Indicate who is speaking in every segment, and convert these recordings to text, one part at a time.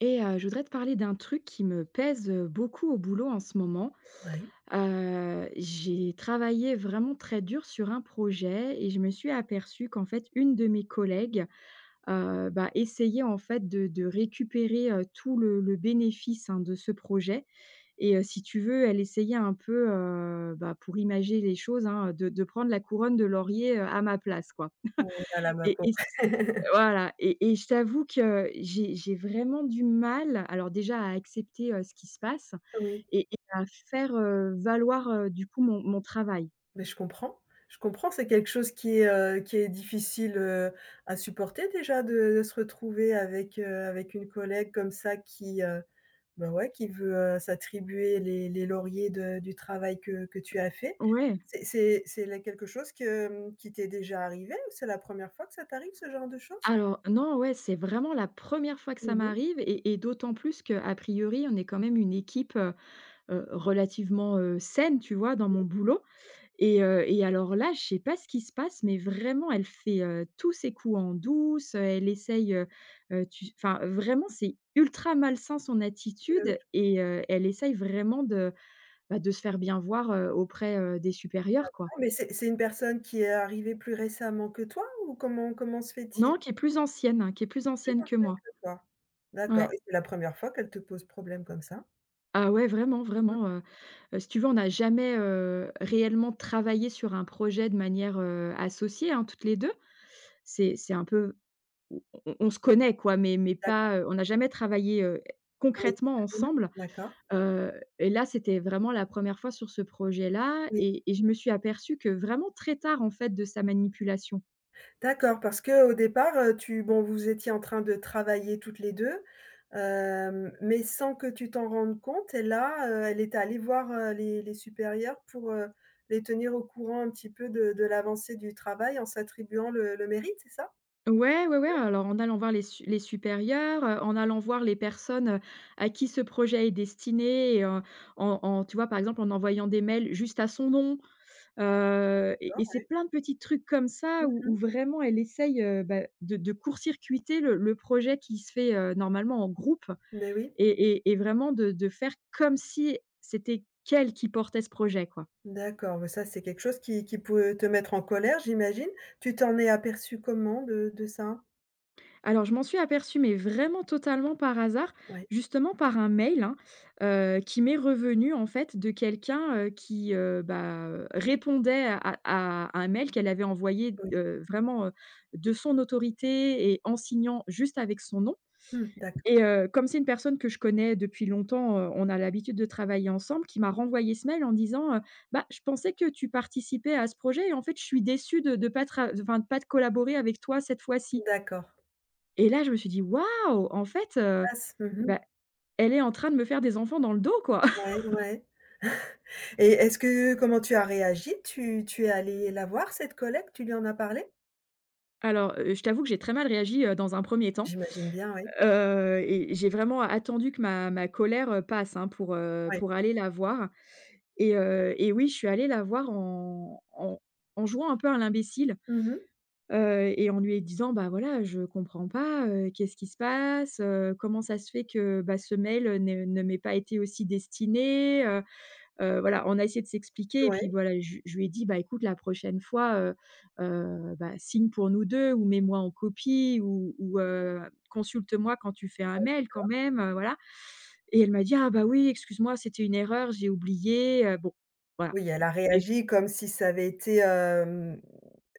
Speaker 1: Je voudrais te parler d'un truc qui me pèse, beaucoup au boulot en ce moment.
Speaker 2: Oui.
Speaker 1: J'ai travaillé vraiment très dur sur un projet et je me suis aperçue qu'en fait, une de mes collègues, essayait en fait de récupérer, tout le bénéfice, hein, de ce projet et si tu veux, elle essayait un peu, pour imaginer les choses, hein, de prendre la couronne de laurier, à ma place, quoi.
Speaker 2: Oh là là, ma pauvre.
Speaker 1: Et c Voilà, et je t'avoue que j'ai vraiment du mal, alors déjà à accepter, ce qui se passe
Speaker 2: Oui,
Speaker 1: et à faire, valoir, du coup mon travail.
Speaker 2: mais je comprends. Je comprends, c'est quelque chose qui est difficile, à supporter déjà de se retrouver avec, avec une collègue comme ça qui, bah, ouais, qui veut, s'attribuer les lauriers de du travail que tu as fait.
Speaker 1: Ouais.
Speaker 2: C'est là quelque chose que, mmh, qui t'est déjà arrivé ou c'est la première fois que ça t'arrive ce genre de choses?
Speaker 1: Alors non, ouais, c'est vraiment la première fois que ça
Speaker 2: Mmh.
Speaker 1: m'arrive et d'autant plus qu'a priori, on est quand même une équipe, relativement, saine, tu vois? Dans mon
Speaker 2: Oui,
Speaker 1: boulot. Et alors là, je sais pas ce qui se passe, mais vraiment, elle fait, tous ses coups en douce, elle essaye, tu enfin, vraiment, c'est ultra malsain son
Speaker 2: bah, oui,
Speaker 1: attitude et elle essaye vraiment de, bah, de se faire bien voir, auprès, des
Speaker 2: je
Speaker 1: supérieurs, quoi.
Speaker 2: vois, mais c'est une personne qui est arrivée plus récemment que toi ou comment se fait-il?
Speaker 1: Non, qui est plus ancienne, hein, qui est plus
Speaker 2: Plus
Speaker 1: ancienne que
Speaker 2: ancienne
Speaker 1: moi.
Speaker 2: que toi? D'accord,
Speaker 1: Ouais.
Speaker 2: et c'est la première fois qu'elle te pose problème comme ça?
Speaker 1: Ah ouais, vraiment, vraiment, si tu veux, on n'a jamais, réellement travaillé sur un projet de manière, associée, hein, toutes les 2. C'est un peu. On on se connaît quoi, mais
Speaker 2: D'accord,
Speaker 1: pas, on n'a jamais travaillé,
Speaker 2: en équipe.
Speaker 1: concrètement
Speaker 2: Mmh.
Speaker 1: ensemble,
Speaker 2: D'accord.
Speaker 1: heu et là, c'était vraiment la première fois sur ce projet-là
Speaker 2: Oui.
Speaker 1: et je me suis aperçue que vraiment très tard, en fait, de sa manipulation.
Speaker 2: D'accord, parce qu'au départ, tu bon, vous étiez en train de travailler toutes les 2, hem, mais sans que tu t'en rendes compte et là, elle est allée voir, les supérieurs pour, les tenir au courant un petit peu de l'avancée du travail en s'attribuant le mérite, c'est ça?
Speaker 1: Ouais, ouais, ouais, alors en allant voir les supérieurs, en allant voir les personnes, à qui ce projet est destiné et en en tu vois, par exemple, en envoyant des mails juste à son nom. Et c'est
Speaker 2: D'accord.
Speaker 1: plein de petits trucs comme ça
Speaker 2: Mmh
Speaker 1: où où
Speaker 2: mh.
Speaker 1: vraiment elle essaye, de court-circuiter le projet qui se fait, normalement en groupe
Speaker 2: Oui.
Speaker 1: et et vraiment de faire comme si c'était qu'elle qui portait ce projet, quoi.
Speaker 2: D'accord, mais ça, c'est quelque chose qui peut te mettre en colère, j'imagine. Tu t'en es aperçu comment de ça?
Speaker 1: Alors je m'en suis aperçue, mais vraiment totalement par hasard,
Speaker 2: Ouais,
Speaker 1: justement par un mail, hein, qui m'est revenu en fait de quelqu'un, qui répondait à un mail qu'elle avait envoyé,
Speaker 2: oui,
Speaker 1: vraiment, de son autorité et en signant juste avec son nom.
Speaker 2: mmh,
Speaker 1: Et comme c'est une personne que je connais depuis longtemps, on a l'habitude de travailler ensemble, qui m'a renvoyé ce mail en disant, «Bah, je pensais que tu participais à ce projet et en fait, je suis déçue de ne pas de pas de collaborer avec toi cette fois-ci».
Speaker 2: d'accord.
Speaker 1: Et là, je me suis dit: «Waouh! En fait,
Speaker 2: Ah c mmh.
Speaker 1: bah, elle est en train de me faire des enfants dans le dos, quoi».
Speaker 2: Ouais, ouais, et est-ce que comment tu as réagi? Tu es allé la voir, cette collègue? Tu lui en as parlé?
Speaker 1: Alors, je t'avoue que j'ai très mal réagi, dans un premier temps,
Speaker 2: J'imagine bien, oui.
Speaker 1: et j'ai vraiment attendu que ma colère, passe, hein,
Speaker 2: Oui.
Speaker 1: pour aller la voir et oui, je suis allée la voir en jouant un peu à l'imbécile.
Speaker 2: Mmh.
Speaker 1: Et en lui disant: «Bah, voilà, je comprends pas, qu'est-ce qui se passe? Comment ça se fait que, bah, ce mail, ne m'ait pas été aussi destiné?» Voilà, on a essayé de s'expliquer et puis
Speaker 2: Ouais.
Speaker 1: voilà, je lui ai dit: «Bah, écoute, la prochaine fois, signe pour nous 2 ou mets-moi en copie ou consulte-moi quand tu fais un mail quand même, voilà» et elle m'a dit: «Ah bah oui, excuse-moi, c'était une erreur, j'ai oublié», bon, voilà.
Speaker 2: Oui, elle a réagi comme si ça avait été, hem,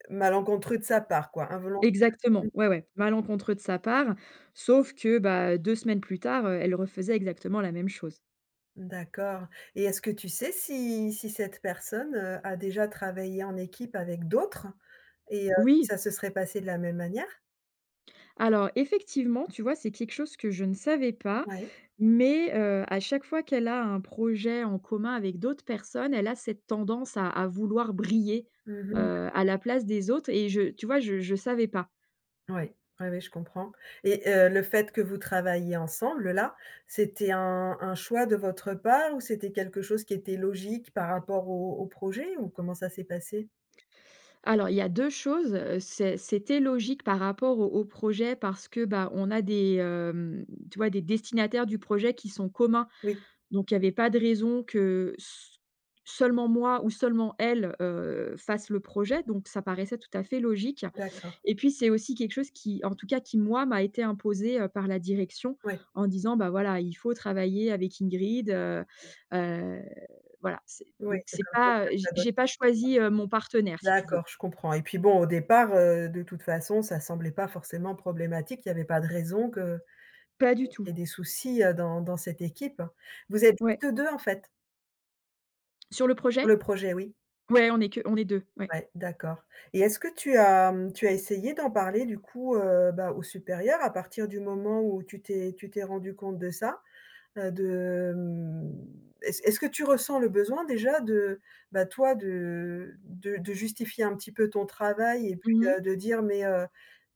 Speaker 2: malencontreux de sa part, quoi, involontairement.
Speaker 1: Exactement, ouais, ouais, malencontreux de sa part, sauf que, bah, 2 semaines plus tard, elle refaisait exactement la même chose.
Speaker 2: D'accord, et est-ce que tu sais si cette personne, a déjà travaillé en équipe avec d'autres et si
Speaker 1: Oui,
Speaker 2: ça se serait passé de la même manière?
Speaker 1: alors effectivement, tu vois, c'est quelque chose que je ne savais pas,
Speaker 2: Ouais.
Speaker 1: mais à chaque fois qu'elle a un projet en commun avec d'autres personnes, elle a cette tendance à vouloir briller,
Speaker 2: Mmh mh.
Speaker 1: à la place des autres et je tu vois, je savais pas.
Speaker 2: Ouais. Ouais, ouais, je comprends, et le fait que vous travailliez ensemble là, c'était un choix de votre part ou c'était quelque chose qui était logique par rapport au projet ou comment ça s'est passé?
Speaker 1: Alors il y a 2 choses, c'était logique par rapport au projet parce que, bah, on a des, hem, tu vois, des destinataires du projet qui sont communs.
Speaker 2: Oui,
Speaker 1: Donc il n'y avait pas de raison que s seulement moi ou seulement elle, fasse le projet, donc ça paraissait tout à fait logique
Speaker 2: d'accord.
Speaker 1: et puis c'est aussi quelque chose qui, en tout cas qui moi, m'a été imposé, par la direction
Speaker 2: Ouais,
Speaker 1: en disant: «Bah, voilà, il faut travailler avec Ingrid, heu», voilà, c'est
Speaker 2: ouais,
Speaker 1: donc
Speaker 2: c'est
Speaker 1: c'est
Speaker 2: comme ça
Speaker 1: pas
Speaker 2: que
Speaker 1: j'ai
Speaker 2: ça doit.
Speaker 1: pas choisi, mon partenaire si tu veux.
Speaker 2: D'accord, je comprends, et puis bon, au départ, de toute façon, ça semblait pas forcément problématique. Il y avait pas de raison que
Speaker 1: Pas du
Speaker 2: qu'il y
Speaker 1: tout,
Speaker 2: ait des soucis, dans cette équipe. Vous êtes
Speaker 1: ouais.
Speaker 2: juste 2 en fait,
Speaker 1: Sur le
Speaker 2: sur
Speaker 1: projet?
Speaker 2: le projet? Oui.
Speaker 1: Ouais, on est 2. Ouais.
Speaker 2: Ouais, d'accord, et est-ce que tu as, mmh, tu as essayé d'en parler du coup, bah, aux supérieurs à partir du moment où tu t'es rendu compte de ça? De, mmh, est-ce que tu ressens le besoin déjà de, bah, toi de de justifier un petit peu ton travail et puis,
Speaker 1: Mmh.
Speaker 2: de dire: «Mais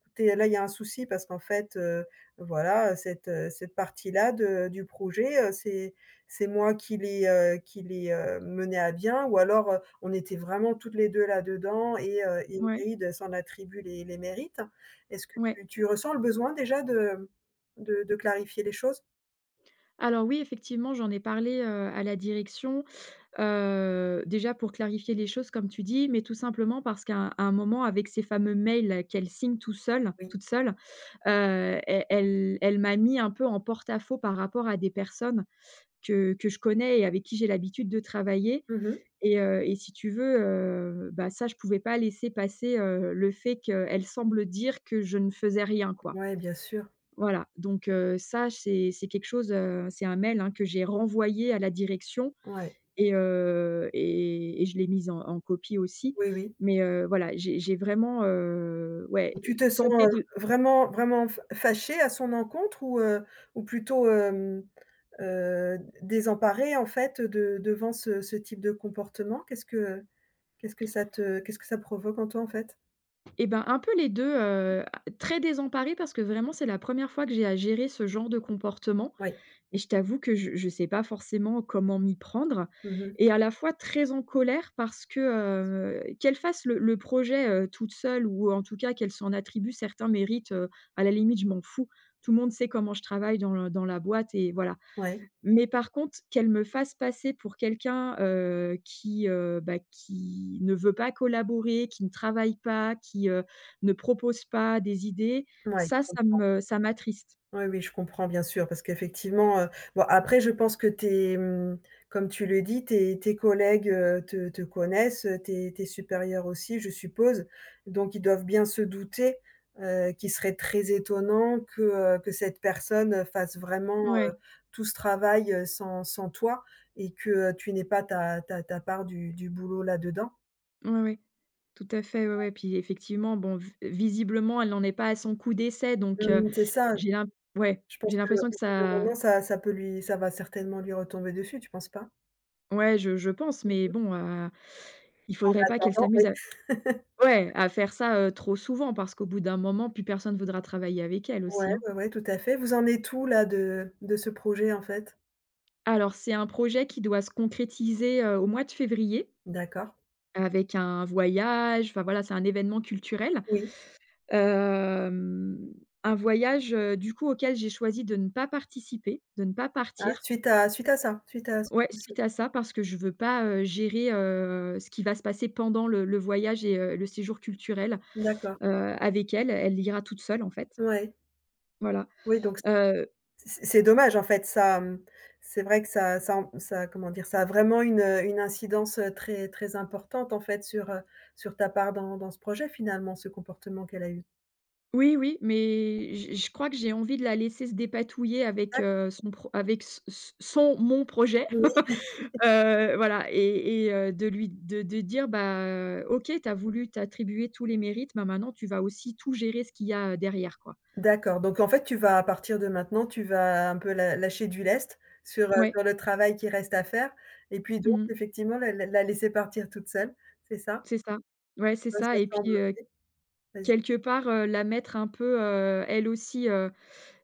Speaker 2: Écoutez, là, il y a un souci parce qu'en fait, voilà, cette, cette partie-là de du projet, c'est moi qui l'ai, menée à bien ou alors, on était vraiment toutes les 2 là-dedans et
Speaker 1: Ouais,
Speaker 2: Ingrid s'en attribue les mérites. Est-ce que
Speaker 1: ouais.
Speaker 2: tu ressens le besoin déjà de de clarifier les choses?
Speaker 1: Alors oui, effectivement, j'en ai parlé, à la direction. Déjà pour clarifier les choses comme tu dis, mais tout simplement parce qu'à un moment avec ces fameux mails, qu'elle signe tout seul
Speaker 2: Oui.
Speaker 1: toute seule, elle m'a mis un peu en porte-à-faux par rapport à des personnes que je connais et avec qui j'ai l'habitude de travailler
Speaker 2: Mmh.
Speaker 1: et si tu veux, ça je pouvais pas laisser passer, le fait qu'elle semble dire que je ne faisais rien, quoi.
Speaker 2: Ouais, bien sûr.
Speaker 1: Voilà, donc ça c'est quelque chose, c'est un mail, hein, que j'ai renvoyé à la direction
Speaker 2: Ouais.
Speaker 1: et je l'ai mise en copie aussi.
Speaker 2: Oui, oui.
Speaker 1: Mais voilà, j'ai vraiment, ouais,
Speaker 2: Et tu te sens,
Speaker 1: tenté de
Speaker 2: vraiment, vraiment f fâchée à son encontre ou plutôt, euh, désemparée en fait de devant ce type de comportement? Qu'est-ce que ça te qu'est-ce que ça provoque en toi en fait?
Speaker 1: eh ben, un peu les deux, très désemparée parce que vraiment c'est la première fois que j'ai à gérer ce genre de comportement
Speaker 2: Oui.
Speaker 1: et je t'avoue que je ne sais pas forcément comment m'y prendre
Speaker 2: Mmh mh.
Speaker 1: et à la fois très en colère parce que, qu'elle fasse le projet, toute seule ou en tout cas qu'elle s'en attribue certains mérites, à la limite je m'en fous. Tout le monde sait comment je travaille dans le dans la boîte et voilà.
Speaker 2: Ouais.
Speaker 1: Mais par contre, qu'elle me fasse passer pour quelqu'un, qui, qui ne veut pas collaborer, qui ne travaille pas, qui, ne propose pas des idées,
Speaker 2: Ouais.
Speaker 1: ça m'attriste.
Speaker 2: Oui, oui, je comprends bien sûr parce qu'effectivement, bon après je pense que tes, mmh, comme tu le dis, tes collègues, te connaissent, tes supérieurs aussi, je suppose. Donc ils doivent bien se douter, qu'il serait très étonnant que cette personne, fasse vraiment,
Speaker 1: Ouais,
Speaker 2: tout ce travail, sans toi et que, tu n'aies pas ta ta ta part du boulot là-dedans.
Speaker 1: ouais, ouais, tout à fait, ouais, ouais. Puis effectivement, bon, v visiblement, elle n'en est pas à son coup d'essai, donc
Speaker 2: Mmh, c'est ça,
Speaker 1: j'ai l'im ouais,
Speaker 2: je pense
Speaker 1: j'ai l'impression que
Speaker 2: qu'au bout d'un
Speaker 1: ça
Speaker 2: moment ça ça peut lui ça va certainement lui retomber dessus, tu penses pas?
Speaker 1: ouais, je pense, mais bon, il faudrait pas qu'elle
Speaker 2: En.
Speaker 1: s'amuse à
Speaker 2: Oui.
Speaker 1: ouais, à faire ça, trop souvent parce qu'au bout d'un moment, plus personne voudra travailler avec elle
Speaker 2: Ouais,
Speaker 1: aussi, hein.
Speaker 2: ouais, ouais, tout à fait. Vous en êtes où là de ce projet, en fait?
Speaker 1: Alors, c'est un projet qui doit se concrétiser, au mois de février
Speaker 2: D'accord.
Speaker 1: avec un voyage, enfin voilà, c'est un événement culturel.
Speaker 2: Oui.
Speaker 1: Hem, un voyage, du coup auquel j'ai choisi de ne pas participer, de ne pas
Speaker 2: Ah,
Speaker 1: partir.
Speaker 2: suite à suite à ça, suite à ce
Speaker 1: Ouais,
Speaker 2: souci.
Speaker 1: suite à ça parce que je veux pas, gérer, ce qui va se passer pendant le voyage et le séjour culturel,
Speaker 2: D'accord.
Speaker 1: heu, avec elle. Elle ira toute seule en fait,
Speaker 2: Ouais.
Speaker 1: voilà.
Speaker 2: Oui, donc
Speaker 1: Heu
Speaker 2: c'est dommage, en fait, ça, mmh, c'est vrai que ça ça en ça comment dire? Ça a vraiment une incidence, très très importante, en fait, sur, sur ta part dans ce projet, finalement, ce comportement qu'elle a eu.
Speaker 1: Oui, oui, mais j je crois que j'ai envie de la laisser se dépatouiller avec,
Speaker 2: Dac
Speaker 1: son pro avec s s son mon projet,
Speaker 2: oui.
Speaker 1: voilà et de lui de dire: «Bah, OK, tu as voulu t'attribuer tous les mérites, bah, maintenant tu vas aussi tout gérer ce qu'il y a, derrière, quoi».
Speaker 2: D'accord, donc en fait, tu vas à partir de maintenant, tu vas un peu la lâcher du lest sur,
Speaker 1: Ouais,
Speaker 2: sur le travail qui reste à faire et puis donc
Speaker 1: mmh,
Speaker 2: effectivement la la la laisser partir toute seule, c'est ça?
Speaker 1: c'est ça. Ouais, c'est
Speaker 2: Ouais, ça
Speaker 1: ça et puis,
Speaker 2: semble, oui, vas-y.
Speaker 1: quelque part, la mettre un peu, heu, elle aussi, heu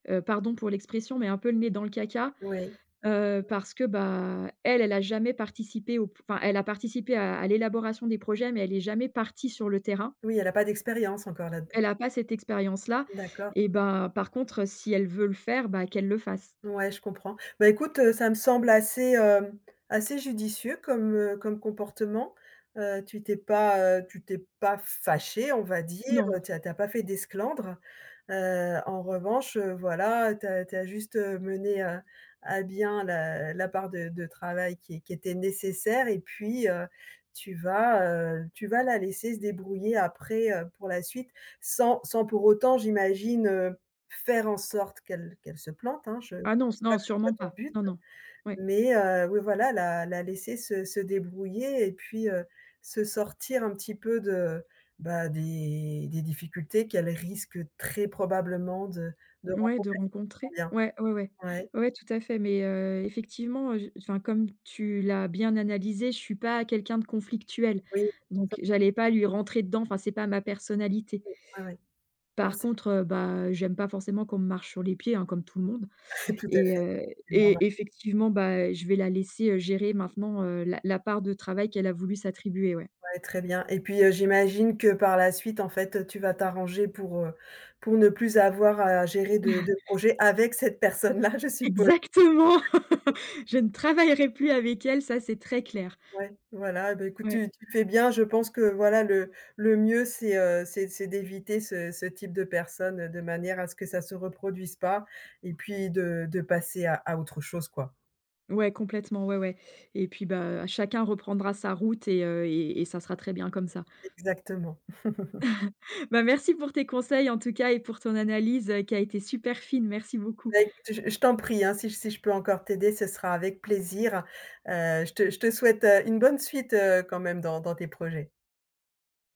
Speaker 1: heu, pardon pour l'expression, mais un peu le nez dans le caca.
Speaker 2: Oui,
Speaker 1: Parce que, bah, elle, elle a jamais participé au enfin, elle a participé à l'élaboration des projets, mais elle est jamais partie sur le terrain.
Speaker 2: oui, elle a pas d'expérience encore là-dedans.
Speaker 1: Elle n'a pas cette expérience-là
Speaker 2: D'accord.
Speaker 1: et ben, par contre, si elle veut le faire, bah, qu'elle le fasse.
Speaker 2: Ouais, je comprends. Bah, écoute, ça me semble assez, hem, assez judicieux comme, comme comportement. Tu t'es pas fâché, on va dire,
Speaker 1: Non.
Speaker 2: tu as pas fait d'esclandre. En revanche, voilà, tu as juste, mené, à bien la part de travail qui était nécessaire et puis, tu vas, tu vas la laisser se débrouiller après, pour la suite, sans pour autant, j'imagine, faire en sorte qu'elle qu'elle se plante, hein, je
Speaker 1: Ah non,
Speaker 2: pense pas
Speaker 1: non,
Speaker 2: que ce soit
Speaker 1: sûrement
Speaker 2: ton
Speaker 1: pas.
Speaker 2: but,
Speaker 1: Non, non. Ouais.
Speaker 2: mais oui, voilà, la la laisser se débrouiller et puis, se sortir un petit peu de, bah, des difficultés qu'elle risque très probablement de
Speaker 1: Ouais,
Speaker 2: rencontrer.
Speaker 1: de rencontrer.
Speaker 2: Bien.
Speaker 1: Ouais, ouais, ouais.
Speaker 2: Ouais,
Speaker 1: Ouais, tout à fait, mais effectivement, enfin, comme tu l'as bien analysé, je suis pas quelqu'un de conflictuel,
Speaker 2: oui,
Speaker 1: donc j'allais pas lui rentrer dedans, enfin, c'est pas ma personnalité.
Speaker 2: ouais, ouais. Non,
Speaker 1: Par
Speaker 2: c'est
Speaker 1: contre, j'aime pas forcément qu'on me marche sur les pieds, hein, comme tout le monde
Speaker 2: tout à
Speaker 1: et
Speaker 2: fait.
Speaker 1: heu
Speaker 2: C'est normal.
Speaker 1: et effectivement, bah, je vais la laisser, gérer maintenant, la part de travail qu'elle a voulu s'attribuer, ouais.
Speaker 2: Ouais, très bien et puis, j'imagine que par la suite, en fait, tu vas t'arranger pour ne plus avoir à gérer de projet avec cette personne-là, je suppose?
Speaker 1: Exactement! Je ne travaillerai plus avec elle, ça, c'est très clair.
Speaker 2: Ouais, voilà, bah, écoute,
Speaker 1: Ouais.
Speaker 2: tu fais bien. Je pense que, voilà, le mieux, c'est d'éviter ce type de personnes, de manière à ce que ça se reproduise pas et puis de passer à autre chose, quoi.
Speaker 1: Ouais, complètement, ouais, ouais et chacun reprendra sa route et et ça sera très bien comme ça.
Speaker 2: Exactement.
Speaker 1: Bah, merci pour tes conseils, en tout cas et pour ton analyse, qui a été super fine. Merci beaucoup.
Speaker 2: Bah, écoute, je t'en prie, hein, si je si je peux encore t'aider, ce sera avec plaisir. Je te souhaite, une bonne suite, quand même dans tes projets.